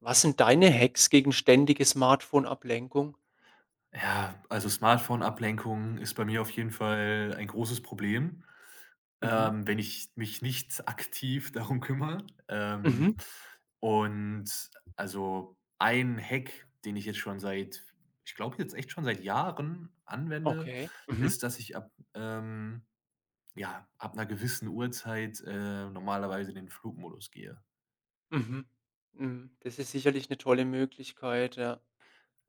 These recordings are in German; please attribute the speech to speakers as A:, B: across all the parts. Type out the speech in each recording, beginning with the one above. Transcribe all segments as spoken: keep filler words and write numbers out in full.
A: Was sind deine Hacks gegen ständige Smartphone-Ablenkung?
B: Ja, also Smartphone-Ablenkung ist bei mir auf jeden Fall ein großes Problem,
A: Mhm.
B: ähm, wenn ich mich nicht aktiv darum kümmere. Ähm,
A: Mhm.
B: und also ein Hack, den ich jetzt schon seit, ich glaube, jetzt echt schon seit Jahren anwende,
A: Okay. Mhm.
B: ist, dass ich ab, ähm, ja, ab einer gewissen Uhrzeit, äh, normalerweise in den Flugmodus gehe.
A: Mhm. Mhm. Das ist sicherlich 'ne tolle Möglichkeit, ja.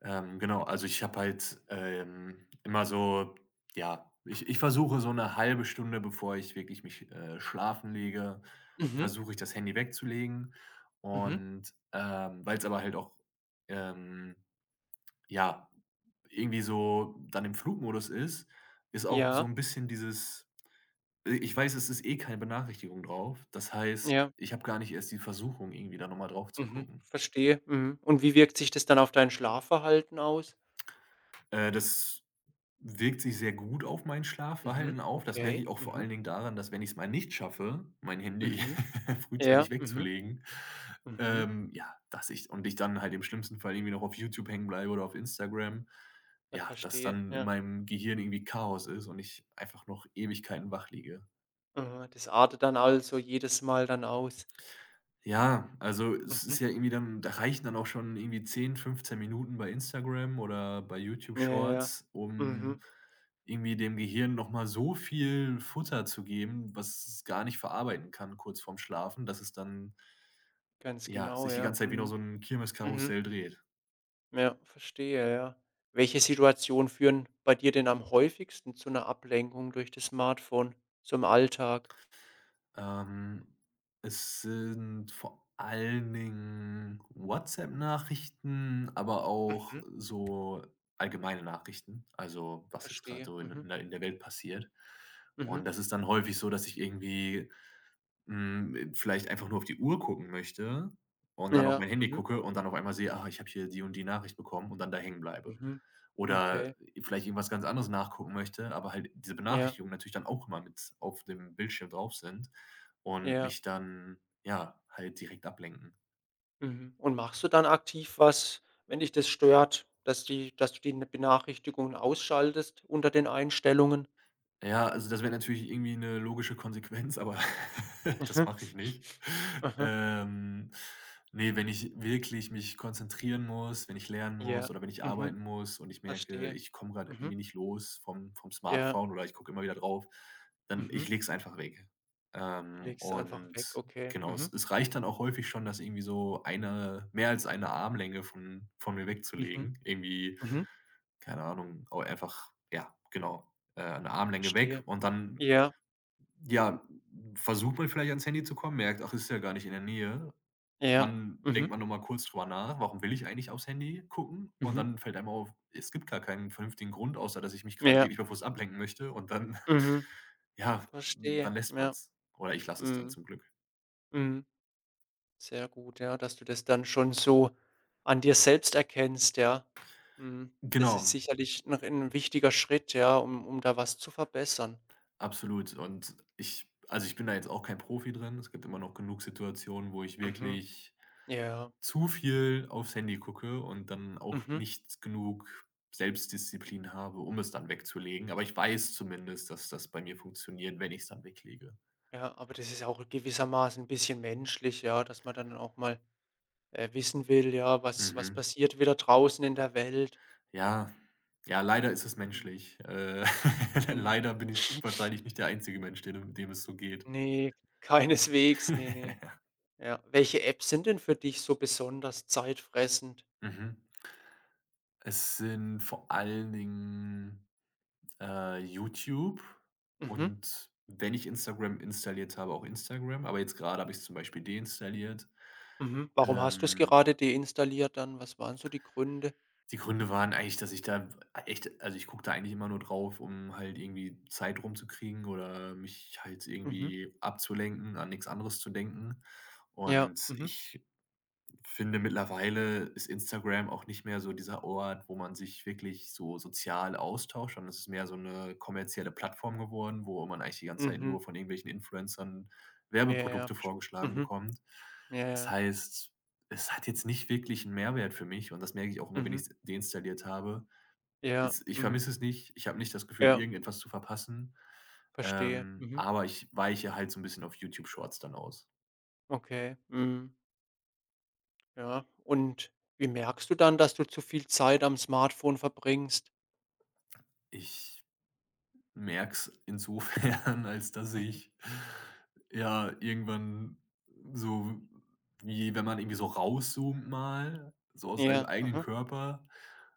B: Ähm, genau, also ich habe halt, ähm, immer so, ja, ich ich versuche, so eine halbe Stunde, bevor ich wirklich mich, äh, schlafen lege,
A: Mhm.
B: versuche ich das Handy wegzulegen
A: Mhm.
B: und, ähm, weil es aber halt auch, ähm, ja, irgendwie so dann im Flugmodus ist, ist auch so
A: Ja,
B: ein bisschen dieses äh, ich weiß, es ist eh keine Benachrichtigung drauf. Das heißt,
A: ja.
B: ich habe gar nicht erst die Versuchung, irgendwie da noch mal drauf zu
A: Mhm.
B: gucken.
A: Verstehe. Mhm. Und wie wirkt sich das dann auf dein Schlafverhalten aus?
B: Äh, das wirkt sich sehr gut auf mein
A: Mhm.
B: Schlafverhalten auf. Das merke
A: Okay.
B: ich auch vor
A: Mhm.
B: allen Dingen daran, dass, wenn ich es mal nicht schaffe, mein Handy
A: Mhm. Ja.
B: frühzeitig
A: Mhm.
B: wegzulegen,
A: Mhm.
B: ähm, ja, dass ich und ich dann halt im schlimmsten Fall irgendwie noch auf YouTube hängen bleibe oder auf Instagram,
A: Ja,
B: ja, dass
A: verstehe.
B: dann in
A: Ja.
B: meinem Gehirn irgendwie Chaos ist und ich einfach noch Ewigkeiten wach liege.
A: Mhm. Das artet dann also jedes Mal dann aus.
B: Ja, also es
A: Mhm.
B: ist ja irgendwie, dann da reichen dann auch schon irgendwie zehn, fünfzehn Minuten bei Instagram oder bei YouTube
A: Ja, ja, ja.
B: Shorts,
A: Mhm.
B: um irgendwie dem Gehirn noch mal so viel Futter zu geben, was es gar nicht verarbeiten kann kurz vorm Schlafen, dass es dann,
A: Ganz
B: ja,
A: genau,
B: sich die
A: ja.
B: ganze Zeit wie noch so
A: Mhm.
B: ein
A: Mhm.
B: Kirmeskarussell dreht.
A: Ja, verstehe, ja. Welche Situationen führen bei dir denn am häufigsten zu einer Ablenkung durch das Smartphone, so im Alltag?
B: Ähm, Es sind vor allen Dingen WhatsApp-Nachrichten, aber auch
A: Mhm.
B: so allgemeine Nachrichten, also was jetzt gerade
A: Verstehe.
B: so in
A: Mhm.
B: in der in der Welt passiert.
A: Mhm.
B: Und das ist dann häufig so, dass ich irgendwie, hm, äh, vielleicht einfach nur auf die Uhr gucken möchte und dann auf
A: Ja.
B: mein Handy
A: Mhm.
B: gucke und dann auf einmal sehe: „Ah, ich habe hier die und die Nachricht bekommen“, und dann da hängen bleibe
A: Mhm.
B: oder
A: Okay.
B: vielleicht irgendwas ganz anderes nachgucken möchte, aber halt diese
A: Ja.
B: Benachrichtigungen natürlich dann auch immer mit auf dem Bildschirm drauf sind und
A: Ja.
B: mich dann, ja, halt direkt ablenken.
A: Mhm. Und machst du dann aktiv was, wenn dich das stört, dass die dass du die Benachrichtigungen ausschaltest unter den Einstellungen?
B: Ja, also das wäre natürlich irgendwie eine logische Konsequenz, aber das
A: Mhm.
B: mache ich nicht.
A: Aha.
B: Ähm, ne, wenn ich wirklich mich konzentrieren muss, wenn ich lernen muss
A: Ja.
B: oder wenn ich
A: Mhm.
B: arbeiten muss und ich merke,
A: Verstehe.
B: ich komme gerade
A: Mhm.
B: irgendwie nicht los vom vom
A: Ja.
B: Smartphone oder ich gucke immer wieder drauf, dann
A: Mhm.
B: ich lege es einfach weg.
A: Du
B: Ähm,
A: legst es einfach weg,
B: und
A: okay.
B: genau, es
A: Mhm.
B: es reicht dann auch häufig schon, das irgendwie so eine, mehr als eine Armlänge von von mir
A: Mhm,
B: wegzulegen. Irgendwie,
A: mhm, mhm.
B: keine Ahnung, au einfach ja, genau, äh, 'ne Armlänge weg
A: Verstehe.
B: und dann,
A: Ja,
B: ja, versucht man vielleicht ans Handy zu kommen, merkt: „Ach, ist ja gar nicht in der Nähe.“
A: ja.
B: Dann
A: Mhm,
B: denkt man noch mal kurz drüber nach: „Warum will ich eigentlich aufs Handy gucken?“ Und
A: mhm.
B: dann fällt einem auf, es gibt gar keinen vernünftigen Grund, außer dass ich mich gerade
A: Ja,
B: wirklich bewusst ablenken möchte, und dann
A: mhm.
B: ja, dann
A: Verstehe,
B: lässt man
A: ja.
B: es. Oder ich lasse es dann
A: Mhm,
B: zum Glück.
A: mhm. Sehr gut, ja, dass du das dann schon so an dir selbst erkennst, ja. Mhm. Das ist
B: Genau,
A: sicherlich noch ein wichtiger Schritt, ja, um um da was zu verbessern.
B: absolut. Und ich, also, ich bin da jetzt auch kein Profi drin. Es gibt immer noch genug Situationen, wo ich
A: Mhm,
B: wirklich
A: ja.
B: zu viel aufs Handy gucke und dann auch
A: Mhm,
B: nicht genug Selbstdisziplin habe, um es dann wegzulegen. Aber ich weiß zumindest, dass das bei mir funktioniert, wenn ich es dann weglege.
A: ja, aber das ist auch gewissermaßen ein bisschen menschlich, ja, dass man dann auch mal, äh, wissen will, ja, was was
B: Mhm.
A: passiert wieder draußen in der Welt.
B: Ja. Ja, leider ist es
A: Mhm,
B: menschlich. Äh,
A: mhm.
B: leider bin ich wahrscheinlich nicht der einzige Mensch, dem dem es so geht.
A: Ne, keineswegs. Ne, ne. Ja. Welche Apps sind denn für dich so besonders zeitfressend?
B: Mhm. Es sind vor allen Dingen, äh, YouTube,
A: Mhm,
B: und wenn ich Instagram installiert habe, auch Instagram, aber jetzt gerade habe ich's zum Beispiel deinstalliert.
A: mhm. Warum hast du's
B: Ähm,
A: gerade deinstalliert dann? Was waren so die Gründe?
B: Die Gründe waren eigentlich, dass ich da echt, also, ich gucke da eigentlich immer nur drauf, um halt irgendwie Zeit rumzukriegen oder mich halt
A: Mhm.
B: irgendwie abzulenken, an nichts anderes zu denken.
A: Ja.
B: Und
A: Mhm.
B: ich finde, mittlerweile ist Instagram auch nicht mehr so dieser Ort, wo man sich wirklich so sozial austauscht, sondern es ist mehr so eine kommerzielle Plattform geworden, wo man eigentlich die ganze Zeit
A: Mhm.
B: nur von irgendwelchen Influencern
A: Ja, ja, ja.
B: Werbeprodukte
A: Verst
B: vorgeschlagen
A: mhm.
B: bekommt.
A: Ja,
B: Das
A: ja.
B: heißt, es hat jetzt nicht wirklich einen Mehrwert für mich, und das merke ich auch immer, wenn
A: Mhm.
B: ich's deinstalliert habe.
A: Ja.
B: Es, ich
A: Mhm.
B: vermisse es nicht, ich habe nicht das Gefühl,
A: Ja,
B: irgendetwas zu verpassen,
A: verstehe.
B: ähm,
A: Mhm.
B: aber ich weiche halt so ein bisschen auf YouTube Shorts dann aus.
A: Okay. Mhm. Ja. Und wie merkst du dann, dass du zu viel Zeit am Smartphone verbringst?
B: Ich merks insofern, als dass
A: Mhm.
B: ich ja irgendwann so, wie wenn man irgendwie so rauszoomt mal, so aus seinem
A: Ja.
B: eigenen
A: Mhm.
B: Körper,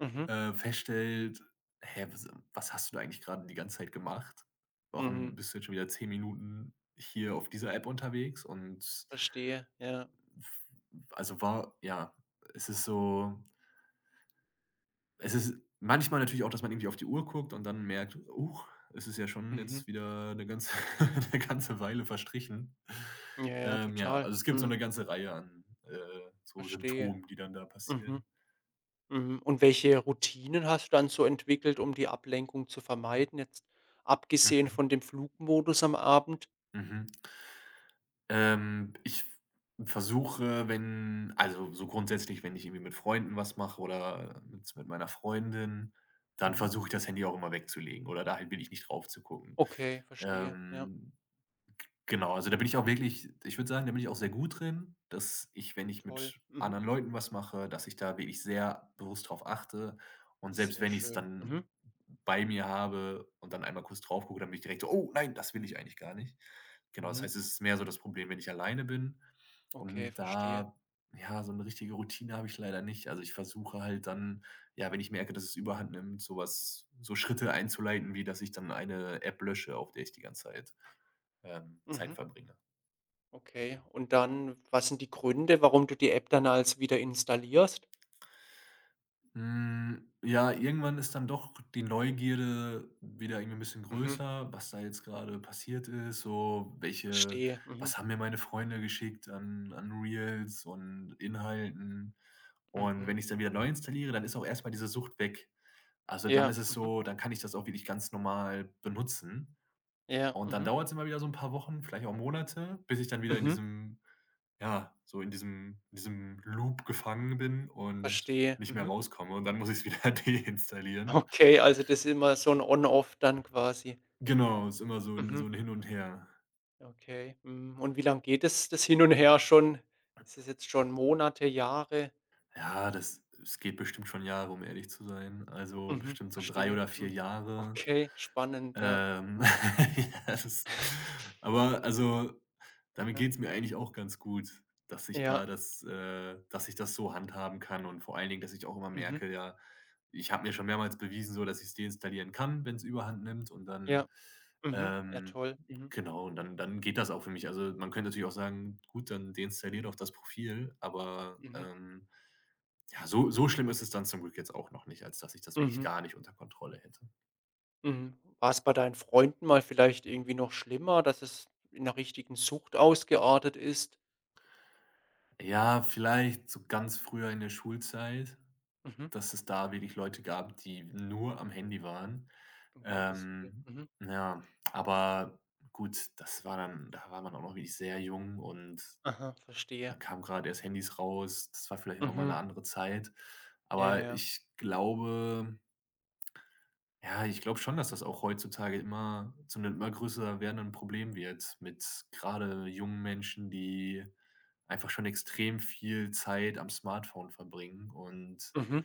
A: Mhm.
B: äh, feststellt: „Hä, was was hast du da eigentlich gerade die ganze Zeit gemacht? Warum
A: Mhm.
B: bist du jetzt schon wieder zehn Minuten hier auf dieser App unterwegs?“ Und
A: Verstehe. Ja.
B: also, war ja, es ist so. Es ist manchmal natürlich auch, dass man irgendwie auf die Uhr guckt und dann merkt: „Huch, es ist ja schon
A: Mhm.
B: jetzt wieder eine ganze eine ganze Weile verstrichen.“
A: Ja, ja,
B: Ähm, ja,
A: total.
B: also, es gibt so eine
A: Mhm.
B: ganze Reihe an, äh, so
A: Verstehe.
B: Symptomen, die dann da
A: Mhm.
B: passieren.
A: Mhm. Und welche Routinen hast du dann so entwickelt, um die Ablenkung zu vermeiden, jetzt abgesehen
B: Mhm,
A: von dem Flugmodus am Abend?
B: mhm. Ähm, ich versuche, wenn, also, so grundsätzlich, wenn ich irgendwie mit Freunden was mache oder mit mit meiner Freundin, dann
A: Mhm.
B: versuche ich das Handy auch immer wegzulegen oder da halt will ich nicht drauf zu gucken.
A: Okay, verstehe. Ja,
B: Ähm Genau, also da bin ich auch wirklich, ich würde sagen, da bin ich auch sehr gut drin, dass ich, wenn ich
A: toll.
B: mit
A: Mhm.
B: anderen Leuten was mache, dass ich da wirklich sehr bewusst drauf achte. Und selbst
A: Sehr
B: wenn ich es
A: schön.
B: dann
A: Mhm.
B: bei mir habe und dann einmal kurz drauf gucke, dann bin ich direkt so: „Oh nein, das will ich eigentlich gar nicht.“ Genau, das
A: Mhm.
B: heißt, es ist mehr so das Problem, wenn ich alleine bin.
A: Okay,
B: Und
A: verstehe.
B: da, ja, so eine richtige Routine habe ich leider nicht. Also, ich versuche halt dann, ja, wenn ich merke, dass es überhand nimmt, sowas, so Schritte einzuleiten, wie dass ich dann eine App lösche, auf der ich die ganze Zeit ähm, Zeit
A: Mhm.
B: verbringe.
A: Okay. Und dann, was sind die Gründe, warum du die App dann als wieder installierst?
B: Hm, ja, irgendwann ist dann doch die Neugierde wieder irgendwie ein bisschen
A: Mhm.
B: größer, was da jetzt gerade passiert ist, so, welche,
A: Verstehe. Mhm.
B: was haben mir meine Freunde geschickt an an Reels und Inhalten. Und
A: Mhm.
B: wenn ich's dann wieder neu installiere, dann ist auch erst mal diese Sucht weg. Also, dann
A: Ja.
B: ist es
A: Mhm.
B: so, dann kann ich das auch wirklich ganz normal benutzen.
A: Ja.
B: Und dann
A: Mhm.
B: dauert es immer wieder so ein paar Wochen, vielleicht auch Monate, bis ich dann wieder in
A: Mhm.
B: diesem, ja, so in diesem in diesem Loop gefangen bin und
A: Verstehe.
B: nicht mehr
A: Mhm.
B: rauskomme, und dann muss ich es wieder deinstallieren.
A: Okay, also das ist immer so 'n On-Off dann quasi.
B: Genau, ist immer so 'n so
A: Mhm.
B: ein Hin und Her.
A: Okay, mhm, und wie lang geht das das Hin und Her schon? Ist das jetzt schon Monate, Jahre?
B: Ja, das, es geht bestimmt schon Jahre, um ehrlich zu sein. Also,
A: Mhm.
B: bestimmt so drei
A: Verstehe.
B: oder vier
A: Mhm.
B: Jahre.
A: Okay, spannend, ja.
B: Ähm, ja, das, aber also, damit
A: Mhm.
B: geht's mir eigentlich auch ganz gut, dass ich da
A: Ja.
B: das äh, dass ich das so handhaben kann, und vor allen Dingen, dass ich auch immer
A: Mhm.
B: merke, ja, ich habe mir schon mehrmals bewiesen, so, dass ich's deinstallieren kann, wenn's überhand nimmt, und
A: Ja.
B: dann,
A: Mhm. Ja,
B: ähm
A: toll. Mhm.
B: genau, und dann, dann geht das auch für mich. Also, man könnte natürlich auch sagen: „Gut, dann deinstallier doch das Profil“, aber,
A: Mhm.
B: ähm, ja, so, so schlimm ist es dann zum Glück jetzt auch noch nicht, als dass ich das wirklich
A: Mhm.
B: gar nicht unter Kontrolle hätte.
A: Mhm. War's bei deinen Freunden mal vielleicht irgendwie noch schlimmer, dass es in 'ner richtigen Sucht ausgeartet ist?
B: Ja, vielleicht so ganz früher in der Schulzeit,
A: Mhm.
B: dass es da wirklich Leute gab, die nur am Handy waren.
A: Um Gottes Willen.
B: Ähm,
A: Mhm.
B: ja, aber gut, das war dann, da war man auch noch wirklich sehr jung, und
A: Aha,
B: da
A: verstehe.
B: kamen gerade erst Handys raus. Das war vielleicht auch noch mal 'ne
A: Mhm.
B: andere Zeit.
A: Ja, ja,
B: Aber
A: ja.
B: ich glaube, ja, ich glaube schon, dass das auch heutzutage immer zu einem immer größer werdenden Problem wird, mit gerade jungen Menschen, die einfach schon extrem viel Zeit am Smartphone verbringen. Und
A: Mhm.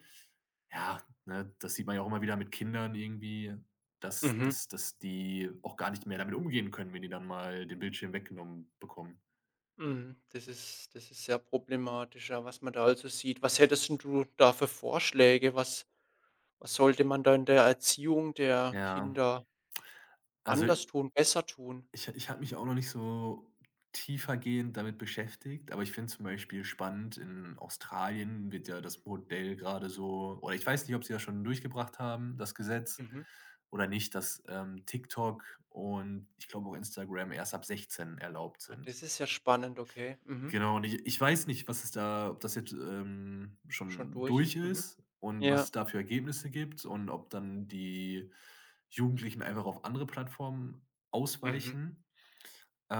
B: ja, ne, das sieht man ja auch immer wieder mit Kindern irgendwie, dass
A: Mhm,
B: dass dass die auch gar nicht mehr damit umgehen können, wenn die dann mal den Bildschirm weggenommen bekommen.
A: mhm. Das ist das ist sehr problematisch, ja, was man da also sieht. Was hättest 'n du da für Vorschläge? Was was sollte man da in der Erziehung der
B: Ja,
A: Kinder
B: also
A: anders tun, besser tun?
B: Ich ich habe mich auch noch nicht so tiefergehend damit beschäftigt, aber ich finde zum Beispiel spannend, in Australien wird ja das Modell gerade so, oder ich weiß nicht, ob sie das schon durchgebracht haben, das Gesetz
A: Mhm.
B: oder nicht, dass, ähm, TikTok und, ich glaube, auch Instagram erst ab sechzehn erlaubt
A: Ah,
B: sind.
A: das ist ja spannend, okay. Mhm.
B: Genau, und ich ich weiß nicht, was es da, ob das jetzt, ähm,
A: Schon
B: schon
A: durch.
B: durch
A: Mhm.
B: ist und was
A: Ja.
B: es da für Ergebnisse gibt und ob dann die Jugendlichen einfach auf andere Plattformen
A: Mhm.
B: ausweichen.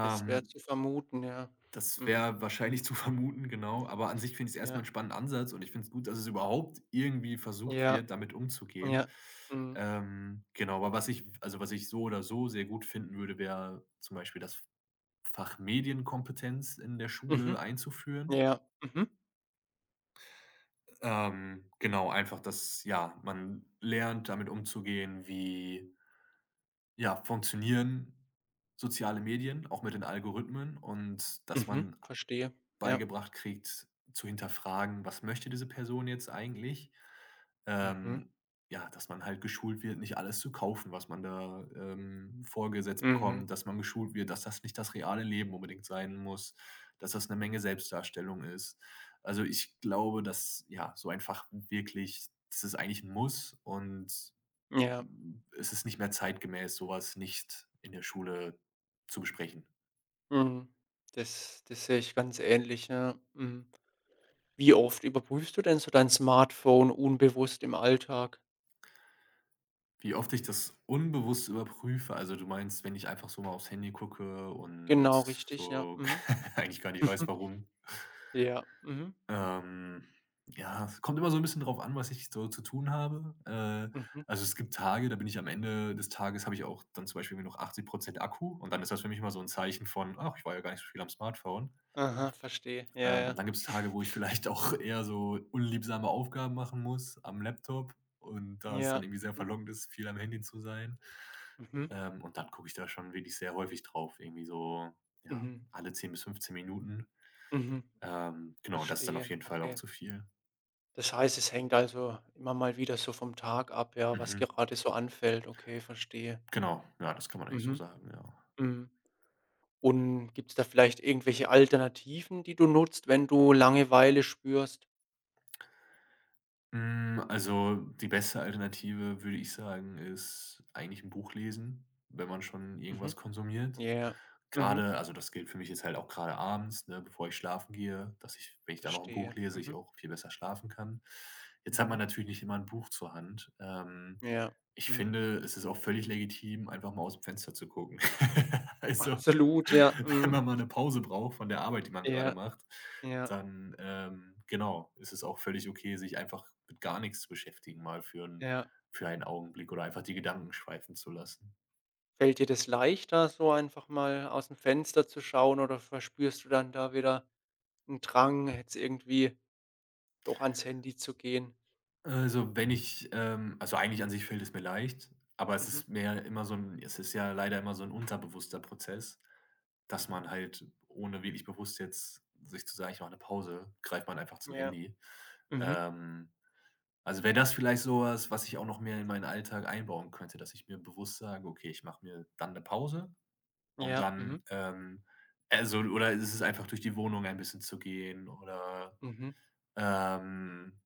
A: Das wäre zu vermuten, ja.
B: Das
A: Mhm.
B: wäre wahrscheinlich zu vermuten, genau. Aber an sich finde ich es erstmal
A: Ja,
B: einen spannenden Ansatz, und ich finde es gut, dass es überhaupt irgendwie versucht
A: ja,
B: wird, damit
A: ja.
B: umzugehen.
A: Mhm.
B: Ähm, genau, aber was ich, also, was ich so oder so sehr gut finden würde, wäre zum Beispiel das Fach Medienkompetenz in der Schule
A: Mhm.
B: einzuführen.
A: Ja. Mhm.
B: Ähm, genau, einfach, dass, ja, man lernt, damit umzugehen, wie, ja, funktionieren soziale Medien, auch mit den Algorithmen, und dass
A: Mhm.
B: man
A: Verstehe. Ja.
B: beigebracht kriegt, zu hinterfragen, was möchte diese Person jetzt eigentlich?
A: Mhm.
B: Ähm, ja, dass man halt geschult wird, nicht alles zu kaufen, was man da, ähm, vorgesetzt
A: Mhm.
B: bekommt, dass man geschult wird, dass das nicht das reale Leben unbedingt sein muss, dass das eine Menge Selbstdarstellung ist. Also, ich glaube, dass, ja, so einfach wirklich, das ist eigentlich ein Muss und
A: Ja.
B: es ist nicht mehr zeitgemäß, sowas nicht in der Schule zu besprechen.
A: Mhm. Das das sehe ich ganz ähnlich, ja. Mhm. Wie oft überprüfst du denn so dein Smartphone unbewusst im Alltag?
B: Wie oft ich das unbewusst überprüfe? Also, du meinst, wenn ich einfach so mal aufs Handy gucke und
A: Genau, richtig, ja.
B: so
A: Mhm.
B: eigentlich gar nicht weiß, warum?
A: Ja. Mhm.
B: Ähm, ja, es kommt immer so ein bisschen drauf an, was ich so zu tun habe. Äh,
A: Mhm.
B: also, es gibt Tage, da bin ich am Ende des Tages habe ich auch dann zum Beispiel irgendwie noch achtzig Akku, und dann ist das für mich immer so ein Zeichen von: „Ach, ich war ja gar nicht so viel am Smartphone.“
A: Aha, verstehe. Ja,
B: ähm, Und
A: ja.
B: dann gibt es Tage, wo ich vielleicht auch eher so unliebsame Aufgaben machen muss am Laptop und da es dann
A: Ja.
B: irgendwie sehr
A: Mhm.
B: verlockend ist, viel am Handy zu sein.
A: Mhm.
B: Ähm, und dann gucke ich da schon wirklich sehr häufig drauf, irgendwie so, ja,
A: Mhm.
B: alle zehn bis fünfzehn Minuten.
A: Mhm.
B: Ähm, genau, das ist dann auf
A: Verstehe,
B: jeden Fall auch
A: okay.
B: zu viel.
A: Das heißt, es hängt also immer mal wieder so vom Tag ab, ja, was
B: Mhm.
A: gerade so anfällt. Okay, verstehe.
B: Genau, ja, das kann man eigentlich so
A: Mhm.
B: sagen, ja.
A: Mhm. Und gibt's da vielleicht irgendwelche Alternativen, die du nutzt, wenn du Langeweile spürst?
B: Hm, also, die beste Alternative, würde ich sagen, ist eigentlich ein Buch lesen, wenn man schon irgendwas
A: Mhm.
B: konsumiert.
A: Ja. Mhm.
B: Gerade, also, das gilt für mich jetzt halt auch gerade abends, ne, bevor ich schlafen gehe, dass ich, wenn ich da noch ein Buch
A: Verstehe.
B: lese, ich
A: Mhm.
B: auch viel besser schlafen kann. Jetzt hat man
A: Mhm.
B: natürlich nicht immer ein Buch zur Hand. Ähm,
A: Ja.
B: ich
A: Mhm.
B: finde, es ist auch völlig legitim, einfach mal aus dem Fenster zu gucken. Also,
A: Absolut, ja.
B: wenn
A: Mhm.
B: man mal eine Pause braucht von der Arbeit, die man gerade
A: Ja,
B: macht,
A: ja,
B: dann, ähm, genau, ist es auch völlig okay, sich einfach mit gar nichts zu beschäftigen, mal für 'n
A: ja.
B: für einen Augenblick oder einfach die Gedanken schweifen zu lassen.
A: Fällt dir das leichter, so einfach mal aus'm Fenster zu schauen oder verspürst du dann da wieder 'n Drang, jetzt irgendwie doch ans Handy zu gehen?
B: Also, wenn ich, ähm also, eigentlich an sich fällt es mir leicht, aber es
A: Mhm.
B: ist mehr immer so ein es ist ja, leider immer so ein unterbewusster Prozess, dass
A: Mhm.
B: man halt, ohne wirklich bewusst jetzt sich zu sagen: „Ich mache eine Pause“, greift man einfach zum
A: Ja.
B: Handy.
A: Mhm.
B: Ähm Also, wäre das vielleicht so was, was ich auch noch mehr in meinen Alltag einbauen könnte, dass ich mir bewusst sage: „Okay, ich mache mir dann eine Pause und
A: Ja.
B: dann,
A: Mhm.
B: ähm“ also, oder ist es, ist einfach durch die Wohnung ein bisschen zu gehen oder,
A: Mhm.
B: ähm,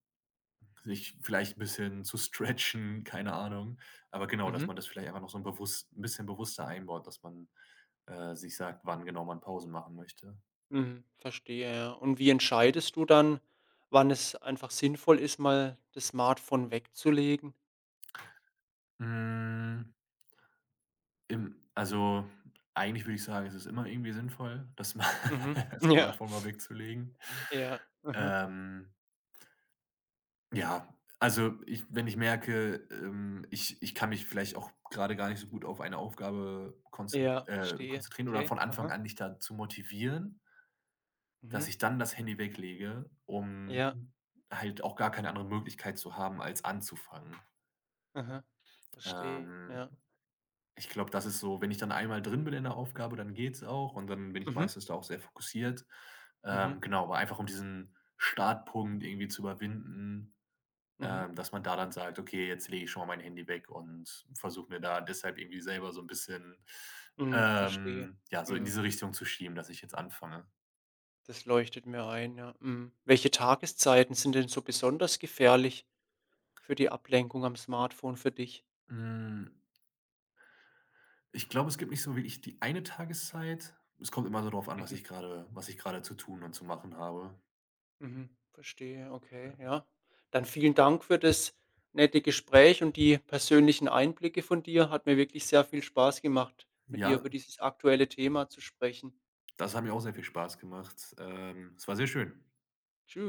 B: sich vielleicht ein bisschen zu stretchen, keine Ahnung. Aber genau, dass
A: Mhm.
B: man das vielleicht einfach noch so ein bewusst 'n bisschen bewusster einbaut, dass man, äh, sich sagt, wann genau man Pausen machen möchte.
A: Mhm. Verstehe, ja. Und wie entscheidest du dann, wann es einfach sinnvoll ist, mal das Smartphone wegzulegen?
B: Hm. Ähm, also, eigentlich würde ich sagen, es ist immer irgendwie sinnvoll, das Sma
A: Mhm.
B: das
A: Ja.
B: Smartphone mal wegzulegen.
A: Ja. Mhm.
B: Ähm, ja, also, ich wenn ich merke, ähm, ich ich kann mich vielleicht auch gerade gar nicht so gut auf eine Aufgabe konzen
A: Ja,
B: äh,
A: verstehe.
B: konzentrieren oder
A: Okay.
B: von Anfang
A: Aha.
B: an nicht dazu motivieren, dass
A: Mhm.
B: ich dann das Handy weglege, um
A: Ja.
B: halt auch gar keine andere Möglichkeit zu haben, als anzufangen.
A: Aha. Verstehe,
B: Ähm
A: ja.
B: Ich glaube, das ist so, wenn ich dann einmal drin bin in der Aufgabe, dann geht's auch und dann bin ich
A: Mhm.
B: meistens da auch sehr fokussiert.
A: Mhm.
B: Ähm, genau, aber einfach um diesen Startpunkt irgendwie zu überwinden,
A: Mhm.
B: ähm, dass man da dann sagt: „Okay, jetzt lege ich schon mal mein Handy weg“, und versuche mir da deshalb irgendwie selber so ein bisschen,
A: Mhm, verstehe.
B: ähm, ja, so in
A: Mhm.
B: diese Richtung zu schieben, dass ich jetzt anfange.
A: Das leuchtet mir ein, ja. Mhm. Welche Tageszeiten sind denn so besonders gefährlich für die Ablenkung am Smartphone für dich?
B: Hm, ich glaube, es gibt nicht so wirklich die eine Tageszeit. Es kommt immer so drauf an, was
A: Mhm.
B: ich gerade, was ich gerade zu tun und zu machen habe.
A: Mhm. Verstehe, okay, ja. Dann vielen Dank für das nette Gespräch und die persönlichen Einblicke von dir. Hat mir wirklich sehr viel Spaß gemacht, mit dir
B: Ja,
A: über dieses aktuelle Thema zu sprechen.
B: das hat mir auch sehr viel Spaß gemacht. Ähm, es war sehr schön.
A: Tschüss.